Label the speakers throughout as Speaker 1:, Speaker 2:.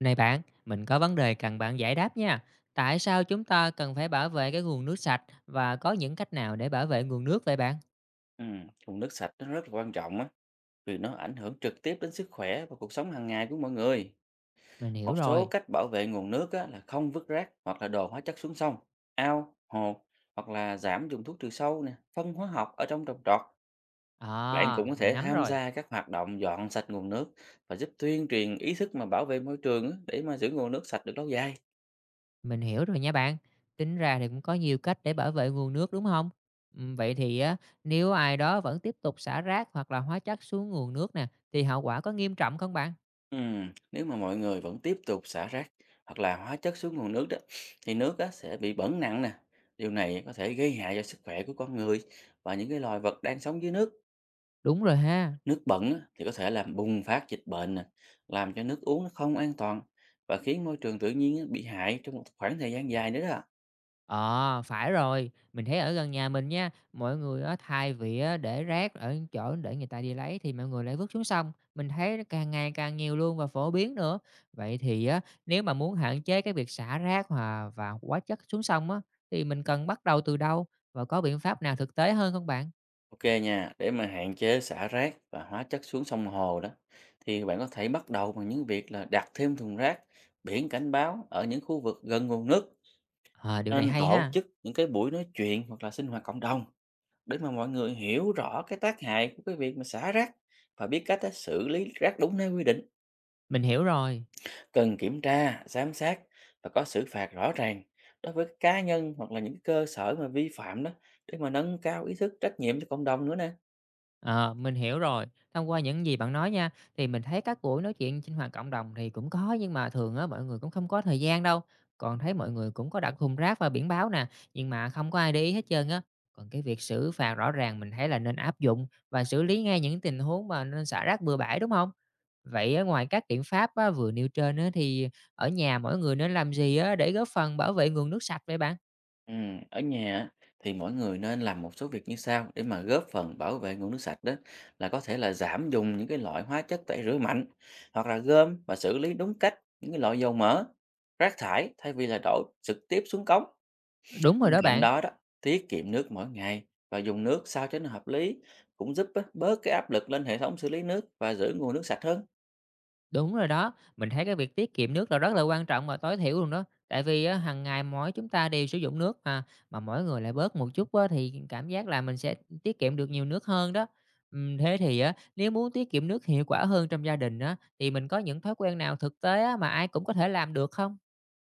Speaker 1: Này bạn, mình có vấn đề cần bạn giải đáp nha. Tại sao chúng ta cần phải bảo vệ cái nguồn nước sạch và có những cách nào để bảo vệ nguồn nước vậy bạn?
Speaker 2: Ừ, nguồn nước sạch nó rất là quan trọng á, vì nó ảnh hưởng trực tiếp đến sức khỏe và cuộc sống hàng ngày của mọi người.
Speaker 1: Mình
Speaker 2: Một
Speaker 1: hiểu
Speaker 2: số
Speaker 1: rồi.
Speaker 2: cách bảo vệ nguồn nước á, là không vứt rác hoặc là đồ hóa chất xuống sông, ao, hồ hoặc là giảm dùng thuốc trừ sâu nè, phân hóa học ở trong trồng trọt. Bạn cũng
Speaker 1: À,
Speaker 2: có
Speaker 1: mình
Speaker 2: thể
Speaker 1: nắm
Speaker 2: tham
Speaker 1: rồi.
Speaker 2: gia các hoạt động dọn sạch nguồn nước và giúp tuyên truyền ý thức mà bảo vệ môi trường á, để mà giữ nguồn nước sạch được lâu dài.
Speaker 1: Mình hiểu rồi nha bạn. Tính ra thì cũng có nhiều cách để bảo vệ nguồn nước đúng không? Ừ, vậy thì á, nếu ai đó vẫn tiếp tục xả rác hoặc là hóa chất xuống nguồn nước nè, thì hậu quả có nghiêm trọng không bạn?
Speaker 2: Nếu mà mọi người vẫn tiếp tục xả rác hoặc là hóa chất xuống nguồn nước đó thì nước á sẽ bị bẩn nặng nè. Điều này có thể gây hại cho sức khỏe của con người và những cái loài vật đang sống dưới nước.
Speaker 1: Đúng rồi ha.
Speaker 2: Nước bẩn á, thì có thể làm bùng phát dịch bệnh nè, làm cho nước uống nó không an toàn và khiến môi trường tự nhiên á, bị hại trong một khoảng thời gian dài nữa đó.
Speaker 1: Ờ, phải rồi, mình thấy ở gần nhà mình nha, mọi người á, thay vì á, để rác ở chỗ để người ta đi lấy thì mọi người lại vứt xuống sông. Mình thấy nó càng ngày càng nhiều luôn và phổ biến nữa. Vậy thì á, nếu mà muốn hạn chế cái việc xả rác và hóa chất xuống sông á, thì mình cần bắt đầu từ đâu và có biện pháp nào thực tế hơn không bạn?
Speaker 2: Ok nha, để mà hạn chế xả rác và hóa chất xuống sông hồ đó thì bạn có thể bắt đầu bằng những việc là đặt thêm thùng rác, biển cảnh báo ở những khu vực gần nguồn nước.
Speaker 1: Ờ, điều này
Speaker 2: Nên
Speaker 1: hay
Speaker 2: tổ
Speaker 1: ha,
Speaker 2: chức những cái buổi nói chuyện hoặc là sinh hoạt cộng đồng để mà mọi người hiểu rõ cái tác hại của cái việc mà xả rác và biết cách á, xử lý rác đúng nơi quy định.
Speaker 1: mình hiểu rồi.
Speaker 2: Cần kiểm tra, giám sát và có xử phạt rõ ràng đối với cá nhân hoặc là những cơ sở mà vi phạm đó để mà nâng cao ý thức trách nhiệm cho cộng đồng nữa nè.
Speaker 1: Ờ, mình hiểu rồi. Thông qua những gì bạn nói nha, thì mình thấy các buổi nói chuyện sinh hoạt cộng đồng thì cũng có nhưng mà thường á mọi người cũng không có thời gian đâu. Còn thấy mọi người cũng có đặt thùng rác và biển báo nè, nhưng mà không có ai để ý hết trơn á. Còn cái việc xử phạt rõ ràng mình thấy là nên áp dụng và xử lý ngay những tình huống mà nên xả rác bừa bãi đúng không? Vậy á, ngoài các biện pháp á, vừa nêu trên á, thì ở nhà mỗi người nên làm gì á, để góp phần bảo vệ nguồn nước sạch vậy bạn?
Speaker 2: Ừ, ở nhà á, thì mỗi người nên làm một số việc như sau để mà góp phần bảo vệ nguồn nước sạch đó, là có thể là giảm dùng những cái loại hóa chất tẩy rửa mạnh hoặc là gom và xử lý đúng cách những cái loại dầu mỡ, rác thải thay vì là đổ trực tiếp xuống cống.
Speaker 1: Đúng rồi
Speaker 2: Bên
Speaker 1: đó
Speaker 2: cạnh
Speaker 1: bạn.
Speaker 2: đó đó, tiết kiệm nước mỗi ngày và dùng nước sao cho nó hợp lý cũng giúp á, bớt cái áp lực lên hệ thống xử lý nước và giữ nguồn nước sạch hơn.
Speaker 1: Đúng rồi đó, mình thấy cái việc tiết kiệm nước là rất là quan trọng và tối thiểu luôn đó. Tại vì á, hằng ngày mỗi chúng ta đều sử dụng nước mà mỗi người lại bớt một chút á, thì cảm giác là mình sẽ tiết kiệm được nhiều nước hơn đó. Thế thì á, nếu muốn tiết kiệm nước hiệu quả hơn trong gia đình á, thì mình có những thói quen nào thực tế á, mà ai cũng có thể làm được không?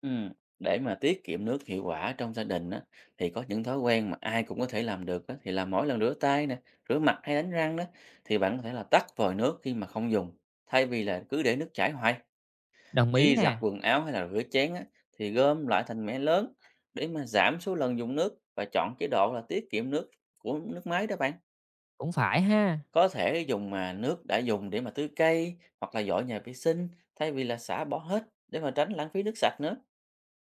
Speaker 2: Ừm, để mà tiết kiệm nước hiệu quả trong gia đình á, thì có những thói quen mà ai cũng có thể làm được á, thì là mỗi lần rửa tay nè, rửa mặt hay đánh răng đó thì bạn có thể là tắt vòi nước khi mà không dùng, thay vì là cứ để nước chảy hoài.
Speaker 1: Đồng ý
Speaker 2: Khi giặt
Speaker 1: nè,
Speaker 2: quần áo hay là rửa chén á, thì gom lại thành mẻ lớn để mà giảm số lần dùng nước và chọn chế độ là tiết kiệm nước của nước máy đó bạn.
Speaker 1: cũng phải ha.
Speaker 2: Có thể dùng mà nước đã dùng để mà tưới cây hoặc là dọn nhà vệ sinh thay vì là xả bỏ hết để mà tránh lãng phí nước sạch nữa.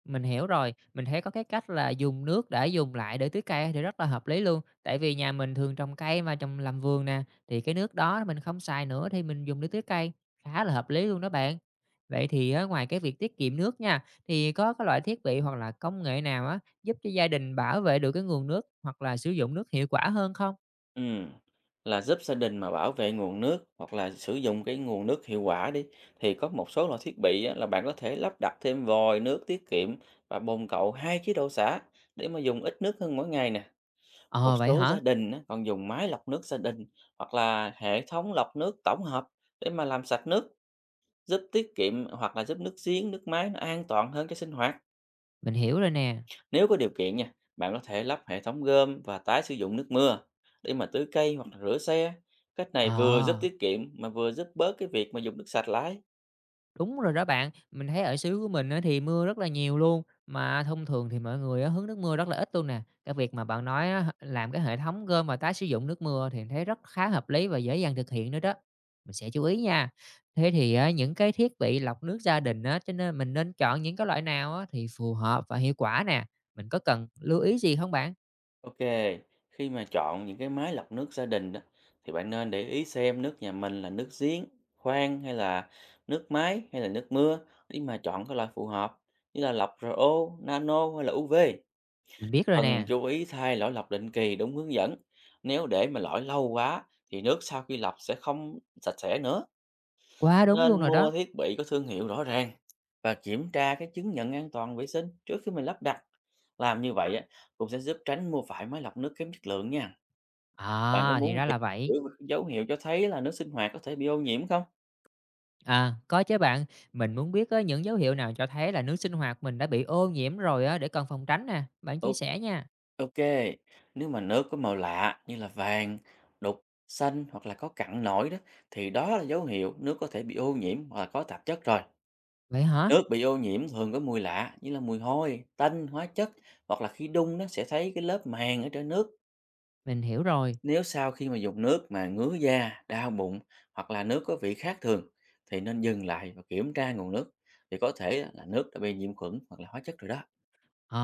Speaker 1: Mình hiểu rồi, mình thấy có cái cách là dùng nước để dùng lại để tưới cây thì rất là hợp lý luôn. Tại vì nhà mình thường trồng cây mà trồng làm vườn nè, thì cái nước đó mình không xài nữa thì mình dùng để tưới cây, khá là hợp lý luôn đó bạn. Vậy thì á, ngoài cái việc tiết kiệm nước nha, thì có cái loại thiết bị hoặc là công nghệ nào á giúp cho gia đình bảo vệ được cái nguồn nước hoặc là sử dụng nước hiệu quả hơn không?
Speaker 2: Ừm, là giúp gia đình mà bảo vệ nguồn nước hoặc là sử dụng cái nguồn nước hiệu quả đi thì có một số loại thiết bị á, là bạn có thể lắp đặt thêm vòi nước tiết kiệm và bồn cậu hai chế độ xả để mà dùng ít nước hơn mỗi ngày nè. Một
Speaker 1: Ờ vậy
Speaker 2: số gia
Speaker 1: hả?
Speaker 2: đình á, còn dùng máy lọc nước gia đình hoặc là hệ thống lọc nước tổng hợp để mà làm sạch nước, giúp tiết kiệm hoặc là giúp nước giếng, nước máy nó an toàn hơn cho sinh hoạt.
Speaker 1: Mình hiểu rồi nè.
Speaker 2: Nếu có điều kiện nha, bạn có thể lắp hệ thống gom và tái sử dụng nước mưa để mà tưới cây hoặc là rửa xe. Cách này vừa giúp
Speaker 1: Ờ.
Speaker 2: tiết kiệm mà vừa giúp bớt cái việc mà dùng nước sạch lái.
Speaker 1: Đúng rồi đó bạn, mình thấy ở xứ của mình á thì mưa rất là nhiều luôn, mà thông thường thì mọi người á hứng nước mưa rất là ít luôn nè. Cái việc mà bạn nói á, làm cái hệ thống gom và tái sử dụng nước mưa thì mình thấy rất khá hợp lý và dễ dàng thực hiện nữa đó. Mình sẽ chú ý nha. Thế thì á, những cái thiết bị lọc nước gia đình á, cho nên mình nên chọn những cái loại nào á thì phù hợp và hiệu quả nè. Mình có cần lưu ý gì không bạn?
Speaker 2: Ok, khi mà chọn những cái máy lọc nước gia đình đó, thì bạn nên để ý xem nước nhà mình là nước giếng, khoan hay là nước máy hay là nước mưa để mà chọn cái loại phù hợp như là lọc RO, nano hay là UV.
Speaker 1: Mình biết rồi
Speaker 2: Cần
Speaker 1: nè.
Speaker 2: chú ý thay lõi lọc định kỳ đúng hướng dẫn. Nếu để mà lõi lâu quá thì nước sau khi lọc sẽ không sạch sẽ nữa.
Speaker 1: Quá đúng luôn
Speaker 2: Nên
Speaker 1: rồi
Speaker 2: mua
Speaker 1: đó.
Speaker 2: thiết bị có thương hiệu rõ ràng và kiểm tra cái chứng nhận an toàn vệ sinh trước khi mình lắp đặt. Làm như vậy á, cũng sẽ giúp tránh mua phải máy lọc nước kém chất lượng nha. Bạn có
Speaker 1: À, thì
Speaker 2: muốn
Speaker 1: ra
Speaker 2: tìm
Speaker 1: là vậy.
Speaker 2: hiểu về các dấu hiệu cho thấy là nước sinh hoạt có thể bị ô nhiễm không?
Speaker 1: À, có chứ bạn. Mình muốn biết á, những dấu hiệu nào cho thấy là nước sinh hoạt mình đã bị ô nhiễm rồi á, để cần phòng tránh nè. Bạn chia
Speaker 2: Ô-
Speaker 1: sẻ nha.
Speaker 2: Ok, nếu mà nước có màu lạ như là vàng, đục, xanh hoặc là có cặn nổi đó thì đó là dấu hiệu nước có thể bị ô nhiễm hoặc là có tạp chất rồi.
Speaker 1: Vậy hả?
Speaker 2: Nước bị ô nhiễm thường có mùi lạ như là mùi hôi, tanh, hóa chất hoặc là khi đun nó sẽ thấy cái lớp màng ở trên nước.
Speaker 1: Mình hiểu rồi.
Speaker 2: Nếu sau khi mà dùng nước mà ngứa da, đau bụng hoặc là nước có vị khác thường thì nên dừng lại và kiểm tra nguồn nước vì có thể là nước đã bị nhiễm khuẩn hoặc là hóa chất rồi đó.
Speaker 1: À,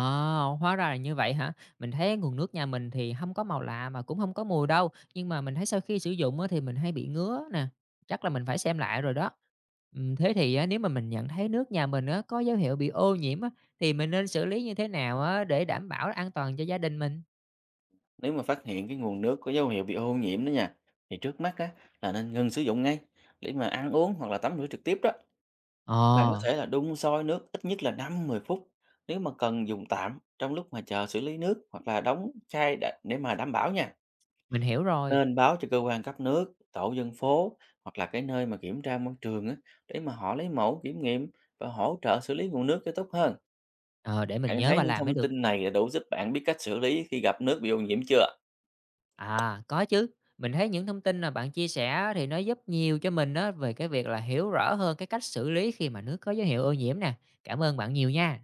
Speaker 1: hóa ra là như vậy hả? Mình thấy nguồn nước nhà mình thì không có màu lạ mà cũng không có mùi đâu. Nhưng mà mình thấy sau khi sử dụng á, thì mình hay bị ngứa nè. Chắc là mình phải xem lại rồi đó. Ừ, thế thì á, nếu mà mình nhận thấy nước nhà mình á, có dấu hiệu bị ô nhiễm á, thì mình nên xử lý như thế nào á, để đảm bảo an toàn cho gia đình mình?
Speaker 2: Nếu mà phát hiện cái nguồn nước có dấu hiệu bị ô nhiễm đó nha thì trước mắt á, là nên ngừng sử dụng ngay để mà ăn uống hoặc là tắm rửa trực tiếp đó.
Speaker 1: Ồ,
Speaker 2: Bạn có thể là đun sôi nước ít nhất là 5-10 phút nếu mà cần dùng tạm trong lúc mà chờ xử lý nước hoặc là đóng chai để mà đảm bảo nha.
Speaker 1: mình hiểu rồi.
Speaker 2: Nên báo cho cơ quan cấp nước, tổ dân phố hoặc là cái nơi mà kiểm tra môi trường á, để mà họ lấy mẫu kiểm nghiệm và hỗ trợ xử lý nguồn nước cho tốt hơn.
Speaker 1: Ờ, để mình
Speaker 2: Bạn
Speaker 1: nhớ
Speaker 2: thấy
Speaker 1: và
Speaker 2: những
Speaker 1: làm mới
Speaker 2: thông
Speaker 1: được.
Speaker 2: tin này đã đủ giúp bạn biết cách xử lý khi gặp nước bị ô nhiễm chưa?
Speaker 1: À, có chứ. Mình thấy những thông tin mà bạn chia sẻ thì nó giúp nhiều cho mình đó về cái việc là hiểu rõ hơn cái cách xử lý khi mà nước có dấu hiệu ô nhiễm nè. Cảm ơn bạn nhiều nha.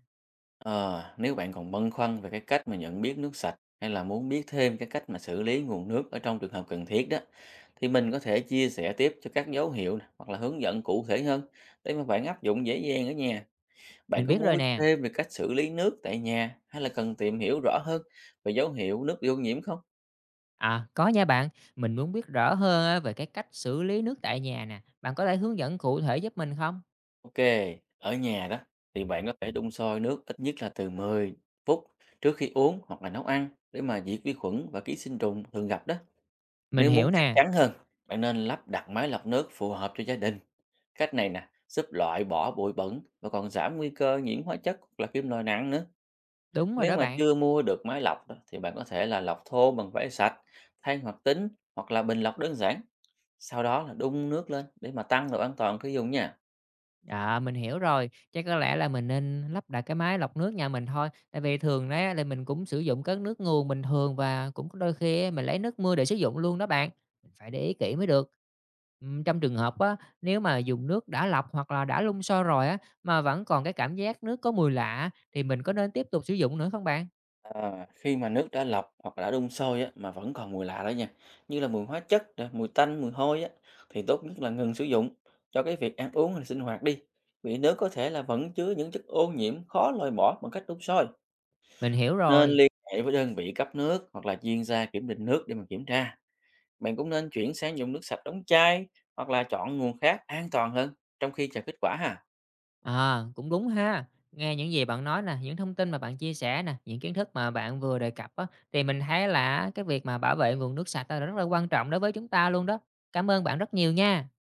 Speaker 2: Ờ, nếu bạn còn băn khoăn về cái cách mà nhận biết nước sạch hay là muốn biết thêm cái cách mà xử lý nguồn nước ở trong trường hợp cần thiết đó thì mình có thể chia sẻ tiếp cho các dấu hiệu nè, hoặc là hướng dẫn cụ thể hơn để mà bạn áp dụng dễ dàng ở nhà. Bạn
Speaker 1: Mình
Speaker 2: có
Speaker 1: biết
Speaker 2: muốn
Speaker 1: rồi
Speaker 2: biết
Speaker 1: nè.
Speaker 2: thêm về cách xử lý nước tại nhà hay là cần tìm hiểu rõ hơn về dấu hiệu nước bị ô nhiễm không?
Speaker 1: À, có nha bạn. Mình muốn biết rõ hơn á, về cái cách xử lý nước tại nhà nè. Bạn có thể hướng dẫn cụ thể giúp mình không?
Speaker 2: Ok, ở nhà đó thì bạn có thể đun sôi nước ít nhất là từ 10 phút trước khi uống hoặc là nấu ăn để mà diệt vi khuẩn và ký sinh trùng thường gặp đó.
Speaker 1: Mình
Speaker 2: Nếu muốn
Speaker 1: hiểu
Speaker 2: chắc
Speaker 1: nè.
Speaker 2: chắn hơn, bạn nên lắp đặt máy lọc nước phù hợp cho gia đình. Cách này nè, giúp loại bỏ bụi bẩn và còn giảm nguy cơ nhiễm hóa chất hoặc là kim loại nặng nữa.
Speaker 1: Đúng rồi
Speaker 2: Nếu
Speaker 1: đó
Speaker 2: mà
Speaker 1: bạn.
Speaker 2: chưa mua được máy lọc đó, thì bạn có thể là lọc thô bằng vải sạch, than hoạt tính hoặc là bình lọc đơn giản. Sau đó là đun nước lên để mà tăng độ an toàn khi dùng nha.
Speaker 1: À, mình hiểu rồi, chắc có lẽ là mình nên lắp đặt cái máy lọc nước nhà mình thôi, tại vì thường đấy á là mình cũng sử dụng cái nước nguồn bình thường và cũng có đôi khi á mình lấy nước mưa để sử dụng luôn đó bạn, mình phải để ý kỹ mới được. Trong trường hợp á, nếu mà dùng nước đã lọc hoặc là đã đun sôi rồi á, mà vẫn còn cái cảm giác nước có mùi lạ thì mình có nên tiếp tục sử dụng nữa không bạn?
Speaker 2: À, khi mà nước đã lọc hoặc đã đun sôi á, mà vẫn còn mùi lạ đó nha, như là mùi hóa chất, nè, mùi tanh, mùi hôi á, thì tốt nhất là ngừng sử dụng cho cái việc ăn uống hay sinh hoạt đi. Vì nước có thể là vẫn chứa những chất ô nhiễm khó loại bỏ bằng cách đun sôi.
Speaker 1: Mình hiểu
Speaker 2: Nên
Speaker 1: rồi.
Speaker 2: liên hệ với đơn vị cấp nước hoặc là chuyên gia kiểm định nước để mà kiểm tra. Bạn cũng nên chuyển sang dùng nước sạch đóng chai hoặc là chọn nguồn khác an toàn hơn trong khi chờ kết quả ha.
Speaker 1: À, cũng đúng ha. Nghe những gì bạn nói nè, những thông tin mà bạn chia sẻ nè, những kiến thức mà bạn vừa đề cập á, thì mình thấy là cái việc mà bảo vệ nguồn nước sạch á là rất là quan trọng đối với chúng ta luôn đó. Cảm ơn bạn rất nhiều nha.